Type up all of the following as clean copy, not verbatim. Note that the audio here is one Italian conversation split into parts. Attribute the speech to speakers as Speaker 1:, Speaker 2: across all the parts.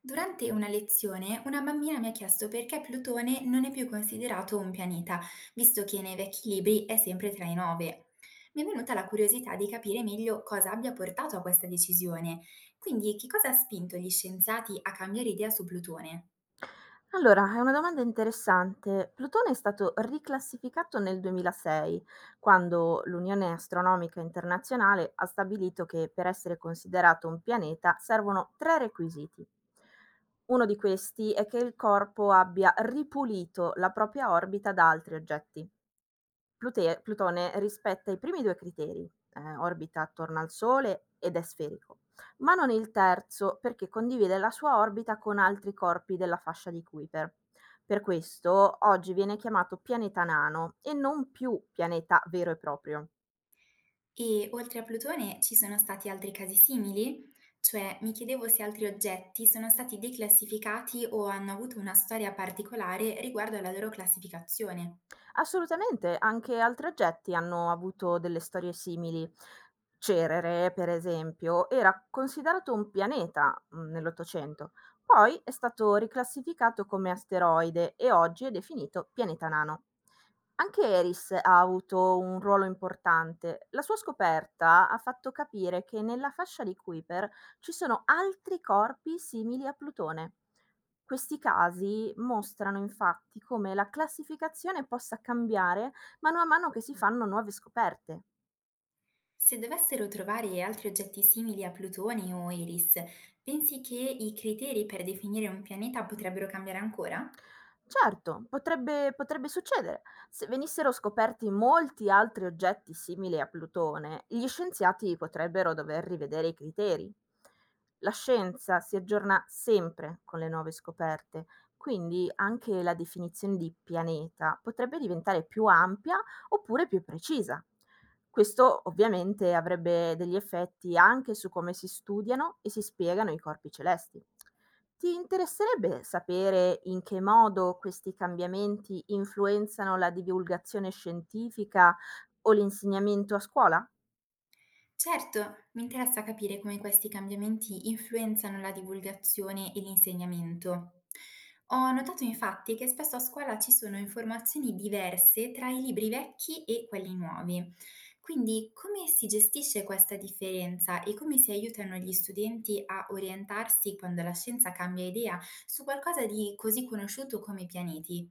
Speaker 1: Durante una lezione, una bambina mi ha chiesto perché Plutone non è più considerato un pianeta, visto che nei vecchi libri è sempre tra i nove. Mi è venuta la curiosità di capire meglio cosa abbia portato a questa decisione. Quindi, che cosa ha spinto gli scienziati a cambiare idea su Plutone?
Speaker 2: Allora, è una domanda interessante. Plutone è stato riclassificato nel 2006, quando l'Unione Astronomica Internazionale ha stabilito che per essere considerato un pianeta servono tre requisiti. Uno di questi è che il corpo abbia ripulito la propria orbita da altri oggetti. Plutone rispetta i primi due criteri, orbita attorno al Sole ed è sferico, ma non il terzo, perché condivide la sua orbita con altri corpi della fascia di Kuiper. Per questo oggi viene chiamato pianeta nano e non più pianeta vero e proprio.
Speaker 1: E oltre a Plutone ci sono stati altri casi simili? Cioè, mi chiedevo se altri oggetti sono stati declassificati o hanno avuto una storia particolare riguardo alla loro classificazione.
Speaker 2: Assolutamente, anche altri oggetti hanno avuto delle storie simili. Cerere, per esempio, era considerato un pianeta nell'Ottocento, poi è stato riclassificato come asteroide e oggi è definito pianeta nano. Anche Eris ha avuto un ruolo importante. La sua scoperta ha fatto capire che nella fascia di Kuiper ci sono altri corpi simili a Plutone. Questi casi mostrano infatti come la classificazione possa cambiare mano a mano che si fanno nuove scoperte.
Speaker 1: Se dovessero trovare altri oggetti simili a Plutone o Eris, pensi che i criteri per definire un pianeta potrebbero cambiare ancora?
Speaker 2: Certo, potrebbe succedere. Se venissero scoperti molti altri oggetti simili a Plutone, gli scienziati potrebbero dover rivedere i criteri. La scienza si aggiorna sempre con le nuove scoperte, quindi anche la definizione di pianeta potrebbe diventare più ampia oppure più precisa. Questo ovviamente avrebbe degli effetti anche su come si studiano e si spiegano i corpi celesti. Ti interesserebbe sapere in che modo questi cambiamenti influenzano la divulgazione scientifica o l'insegnamento a scuola?
Speaker 1: Certo, mi interessa capire come questi cambiamenti influenzano la divulgazione e l'insegnamento. Ho notato infatti che spesso a scuola ci sono informazioni diverse tra i libri vecchi e quelli nuovi. Quindi come si gestisce questa differenza e come si aiutano gli studenti a orientarsi quando la scienza cambia idea su qualcosa di così conosciuto come i pianeti?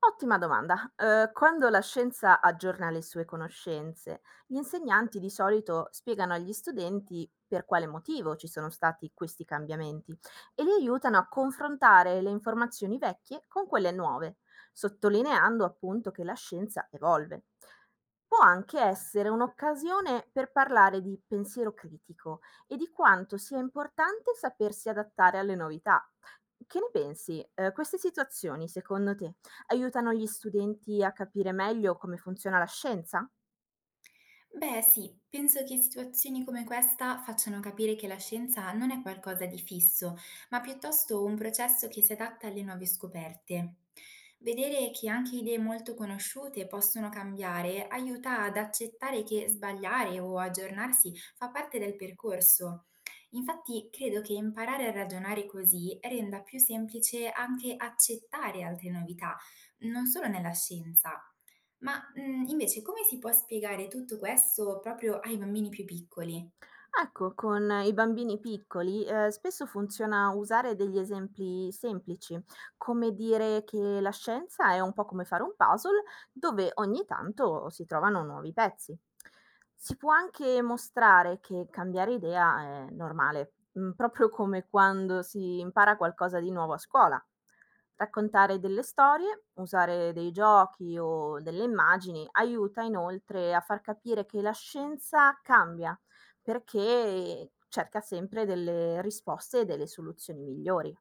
Speaker 2: Ottima domanda. Quando la scienza aggiorna le sue conoscenze, gli insegnanti di solito spiegano agli studenti per quale motivo ci sono stati questi cambiamenti e li aiutano a confrontare le informazioni vecchie con quelle nuove, sottolineando appunto che la scienza evolve. Può anche essere un'occasione per parlare di pensiero critico e di quanto sia importante sapersi adattare alle novità. Che ne pensi? Queste situazioni, secondo te, aiutano gli studenti a capire meglio come funziona la scienza?
Speaker 1: Beh, sì, penso che situazioni come questa facciano capire che la scienza non è qualcosa di fisso, ma piuttosto un processo che si adatta alle nuove scoperte. Vedere che anche idee molto conosciute possono cambiare aiuta ad accettare che sbagliare o aggiornarsi fa parte del percorso. Infatti, credo che imparare a ragionare così renda più semplice anche accettare altre novità, non solo nella scienza. Ma, invece come si può spiegare tutto questo proprio ai bambini più piccoli?
Speaker 2: Ecco, con i bambini piccoli, spesso funziona usare degli esempi semplici, come dire che la scienza è un po' come fare un puzzle, dove ogni tanto si trovano nuovi pezzi. Si può anche mostrare che cambiare idea è normale, proprio come quando si impara qualcosa di nuovo a scuola. Raccontare delle storie, usare dei giochi o delle immagini aiuta inoltre a far capire che la scienza cambia perché cerca sempre delle risposte e delle soluzioni migliori.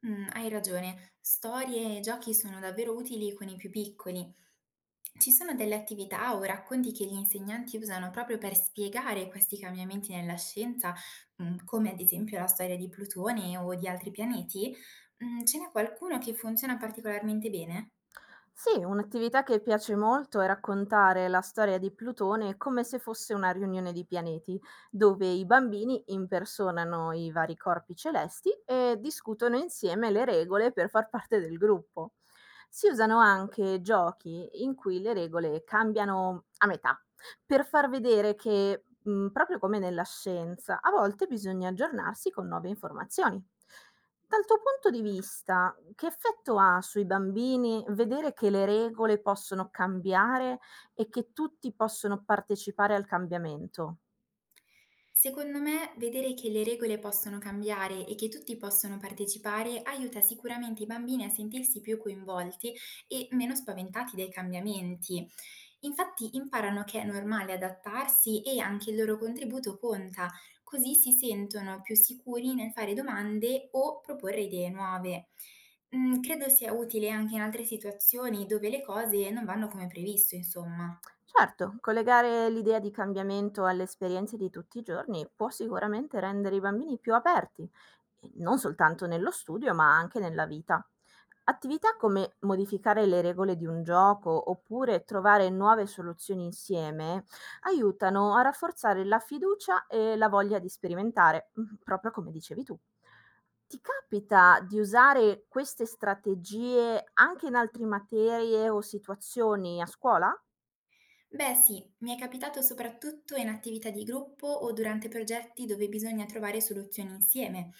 Speaker 1: Mhmm, Hai ragione, storie e giochi sono davvero utili con i più piccoli. Ci sono delle attività o racconti che gli insegnanti usano proprio per spiegare questi cambiamenti nella scienza, come ad esempio la storia di Plutone o di altri pianeti? Ce n'è qualcuno che funziona particolarmente bene?
Speaker 2: Sì, un'attività che piace molto è raccontare la storia di Plutone come se fosse una riunione di pianeti, dove i bambini impersonano i vari corpi celesti e discutono insieme le regole per far parte del gruppo. Si usano anche giochi in cui le regole cambiano a metà, per far vedere che, proprio come nella scienza, a volte bisogna aggiornarsi con nuove informazioni. Dal tuo punto di vista, che effetto ha sui bambini vedere che le regole possono cambiare e che tutti possono partecipare al cambiamento?
Speaker 1: Secondo me, vedere che le regole possono cambiare e che tutti possono partecipare aiuta sicuramente i bambini a sentirsi più coinvolti e meno spaventati dai cambiamenti. Infatti imparano che è normale adattarsi e anche il loro contributo conta, così si sentono più sicuri nel fare domande o proporre idee nuove. Credo sia utile anche in altre situazioni dove le cose non vanno come previsto, insomma.
Speaker 2: Certo, collegare l'idea di cambiamento alle esperienze di tutti i giorni può sicuramente rendere i bambini più aperti, e non soltanto nello studio, ma anche nella vita. Attività come modificare le regole di un gioco oppure trovare nuove soluzioni insieme aiutano a rafforzare la fiducia e la voglia di sperimentare, proprio come dicevi tu. Ti capita di usare queste strategie anche in altre materie o situazioni a scuola?
Speaker 1: Beh, sì, mi è capitato soprattutto in attività di gruppo o durante progetti dove bisogna trovare soluzioni insieme.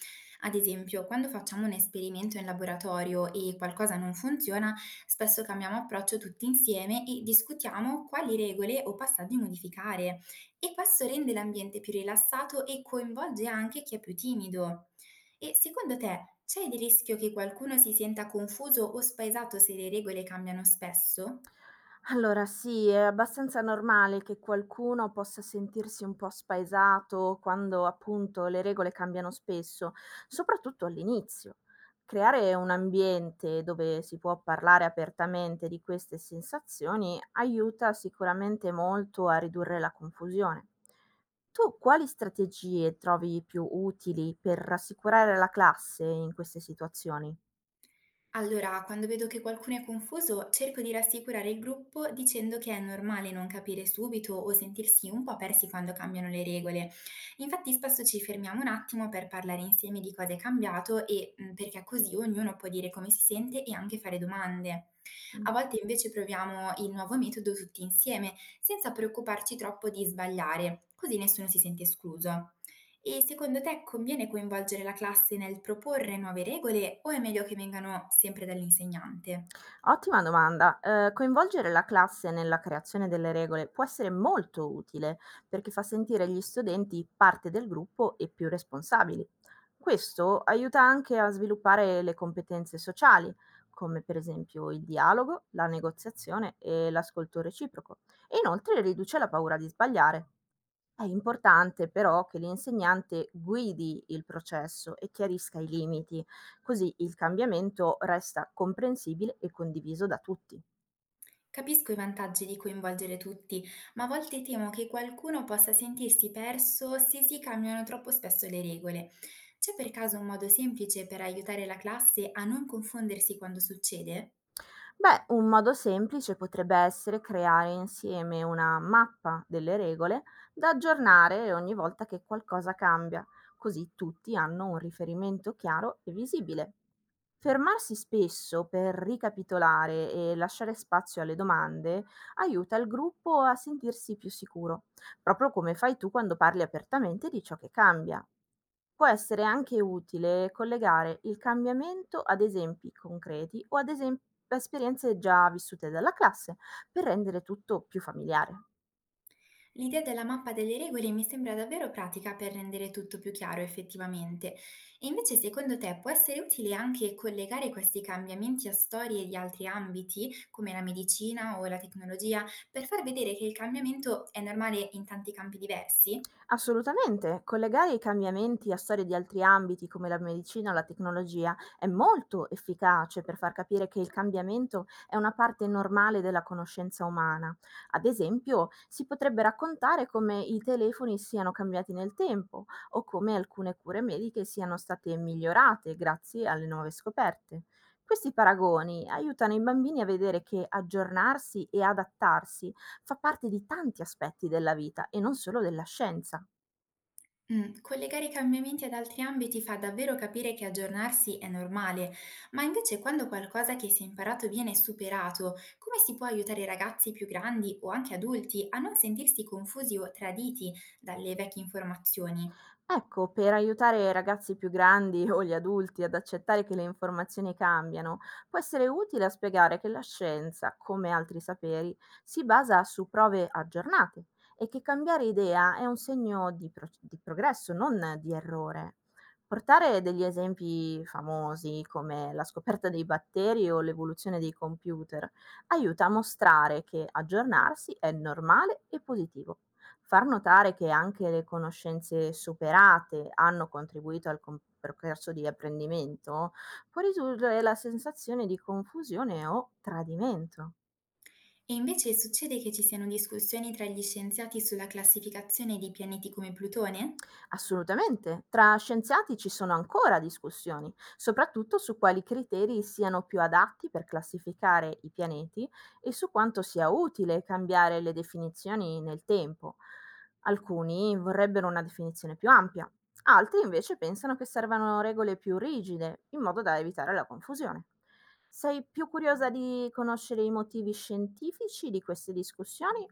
Speaker 1: Ad esempio, quando facciamo un esperimento in laboratorio e qualcosa non funziona, spesso cambiamo approccio tutti insieme e discutiamo quali regole o passaggi modificare. E questo rende l'ambiente più rilassato e coinvolge anche chi è più timido. E secondo te, c'è il rischio che qualcuno si senta confuso o spaesato se le regole cambiano spesso?
Speaker 2: Allora sì, è abbastanza normale che qualcuno possa sentirsi un po' spaesato quando appunto le regole cambiano spesso, soprattutto all'inizio. Creare un ambiente dove si può parlare apertamente di queste sensazioni aiuta sicuramente molto a ridurre la confusione. Tu quali strategie trovi più utili per rassicurare la classe in queste situazioni?
Speaker 1: Allora, quando vedo che qualcuno è confuso, cerco di rassicurare il gruppo dicendo che è normale non capire subito o sentirsi un po' persi quando cambiano le regole. Infatti, spesso ci fermiamo un attimo per parlare insieme di cosa è cambiato e perché così ognuno può dire come si sente e anche fare domande. A volte invece proviamo il nuovo metodo tutti insieme, senza preoccuparci troppo di sbagliare, così nessuno si sente escluso. E secondo te conviene coinvolgere la classe nel proporre nuove regole o è meglio che vengano sempre dall'insegnante?
Speaker 2: Ottima domanda. Coinvolgere la classe nella creazione delle regole può essere molto utile, perché fa sentire gli studenti parte del gruppo e più responsabili. Questo aiuta anche a sviluppare le competenze sociali, come per esempio il dialogo, la negoziazione e l'ascolto reciproco, e inoltre riduce la paura di sbagliare. È importante però che l'insegnante guidi il processo e chiarisca i limiti, così il cambiamento resta comprensibile e condiviso da tutti.
Speaker 1: Capisco i vantaggi di coinvolgere tutti, ma a volte temo che qualcuno possa sentirsi perso se si cambiano troppo spesso le regole. C'è per caso un modo semplice per aiutare la classe a non confondersi quando succede?
Speaker 2: Beh, un modo semplice potrebbe essere creare insieme una mappa delle regole da aggiornare ogni volta che qualcosa cambia, così tutti hanno un riferimento chiaro e visibile. Fermarsi spesso per ricapitolare e lasciare spazio alle domande aiuta il gruppo a sentirsi più sicuro, proprio come fai tu quando parli apertamente di ciò che cambia. Può essere anche utile collegare il cambiamento ad esempi concreti o a esperienze già vissute dalla classe per rendere tutto più familiare.
Speaker 1: L'idea della mappa delle regole mi sembra davvero pratica per rendere tutto più chiaro effettivamente. E invece secondo te può essere utile anche collegare questi cambiamenti a storie di altri ambiti, come la medicina o la tecnologia, per far vedere che il cambiamento è normale in tanti campi diversi?
Speaker 2: Assolutamente, collegare i cambiamenti a storie di altri ambiti come la medicina o la tecnologia è molto efficace per far capire che il cambiamento è una parte normale della conoscenza umana. Ad esempio, si potrebbe raccontare come i telefoni siano cambiati nel tempo o come alcune cure mediche siano state migliorate grazie alle nuove scoperte. Questi paragoni aiutano i bambini a vedere che aggiornarsi e adattarsi fa parte di tanti aspetti della vita e non solo della scienza.
Speaker 1: Collegare i cambiamenti ad altri ambiti fa davvero capire che aggiornarsi è normale, ma invece quando qualcosa che si è imparato viene superato, come si può aiutare i ragazzi più grandi o anche adulti a non sentirsi confusi o traditi dalle vecchie informazioni?
Speaker 2: Ecco, per aiutare i ragazzi più grandi o gli adulti ad accettare che le informazioni cambiano, può essere utile a spiegare che la scienza, come altri saperi, si basa su prove aggiornate e che cambiare idea è un segno di, di progresso, non di errore. Portare degli esempi famosi come la scoperta dei batteri o l'evoluzione dei computer aiuta a mostrare che aggiornarsi è normale e positivo. Far notare che anche le conoscenze superate hanno contribuito al com percorso di apprendimento può ridurre la sensazione di confusione o tradimento.
Speaker 1: E invece succede che ci siano discussioni tra gli scienziati sulla classificazione di pianeti come Plutone?
Speaker 2: Assolutamente, tra scienziati ci sono ancora discussioni, soprattutto su quali criteri siano più adatti per classificare i pianeti e su quanto sia utile cambiare le definizioni nel tempo. Alcuni vorrebbero una definizione più ampia, altri invece pensano che servano regole più rigide, in modo da evitare la confusione. Sei più curiosa di conoscere i motivi scientifici di queste discussioni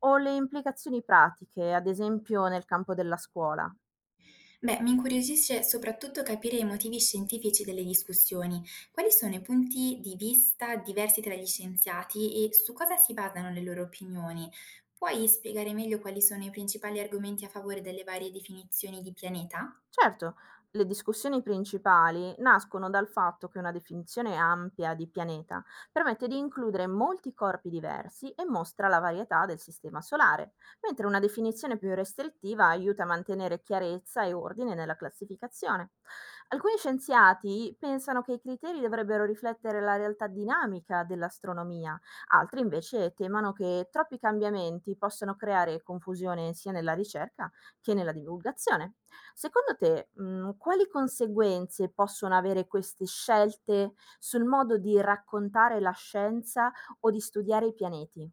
Speaker 2: o le implicazioni pratiche, ad esempio nel campo della scuola?
Speaker 1: Beh, mi incuriosisce soprattutto capire i motivi scientifici delle discussioni. Quali sono i punti di vista diversi tra gli scienziati e su cosa si basano le loro opinioni? Puoi spiegare meglio quali sono i principali argomenti a favore delle varie definizioni di pianeta?
Speaker 2: Certo, le discussioni principali nascono dal fatto che una definizione ampia di pianeta permette di includere molti corpi diversi e mostra la varietà del sistema solare, mentre una definizione più restrittiva aiuta a mantenere chiarezza e ordine nella classificazione. Alcuni scienziati pensano che i criteri dovrebbero riflettere la realtà dinamica dell'astronomia, altri invece temono che troppi cambiamenti possano creare confusione sia nella ricerca che nella divulgazione. Secondo te, quali conseguenze possono avere queste scelte sul modo di raccontare la scienza o di studiare i pianeti?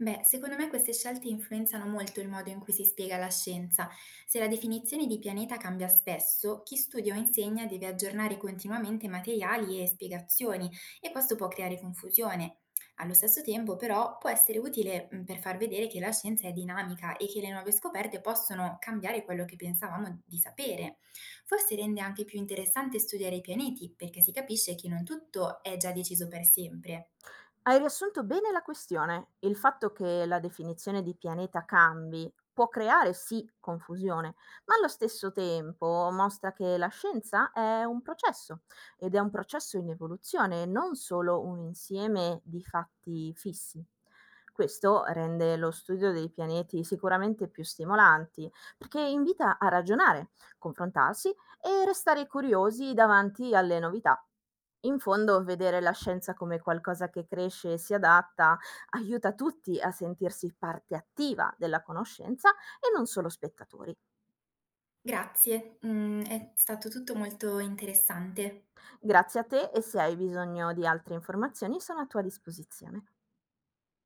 Speaker 1: Beh, secondo me queste scelte influenzano molto il modo in cui si spiega la scienza. Se la definizione di pianeta cambia spesso, chi studia o insegna deve aggiornare continuamente materiali e spiegazioni e questo può creare confusione. Allo stesso tempo, però, può essere utile per far vedere che la scienza è dinamica e che le nuove scoperte possono cambiare quello che pensavamo di sapere. Forse rende anche più interessante studiare i pianeti, perché si capisce che non tutto è già deciso per sempre.
Speaker 2: Hai riassunto bene la questione. Il fatto che la definizione di pianeta cambi può creare sì confusione, ma allo stesso tempo mostra che la scienza è un processo ed è un processo in evoluzione, non solo un insieme di fatti fissi. Questo rende lo studio dei pianeti sicuramente più stimolanti, perché invita a ragionare, confrontarsi e restare curiosi davanti alle novità. In fondo, vedere la scienza come qualcosa che cresce e si adatta aiuta tutti a sentirsi parte attiva della conoscenza e non solo spettatori.
Speaker 1: Grazie, è stato tutto molto interessante.
Speaker 2: Grazie a te, e se hai bisogno di altre informazioni sono a tua disposizione.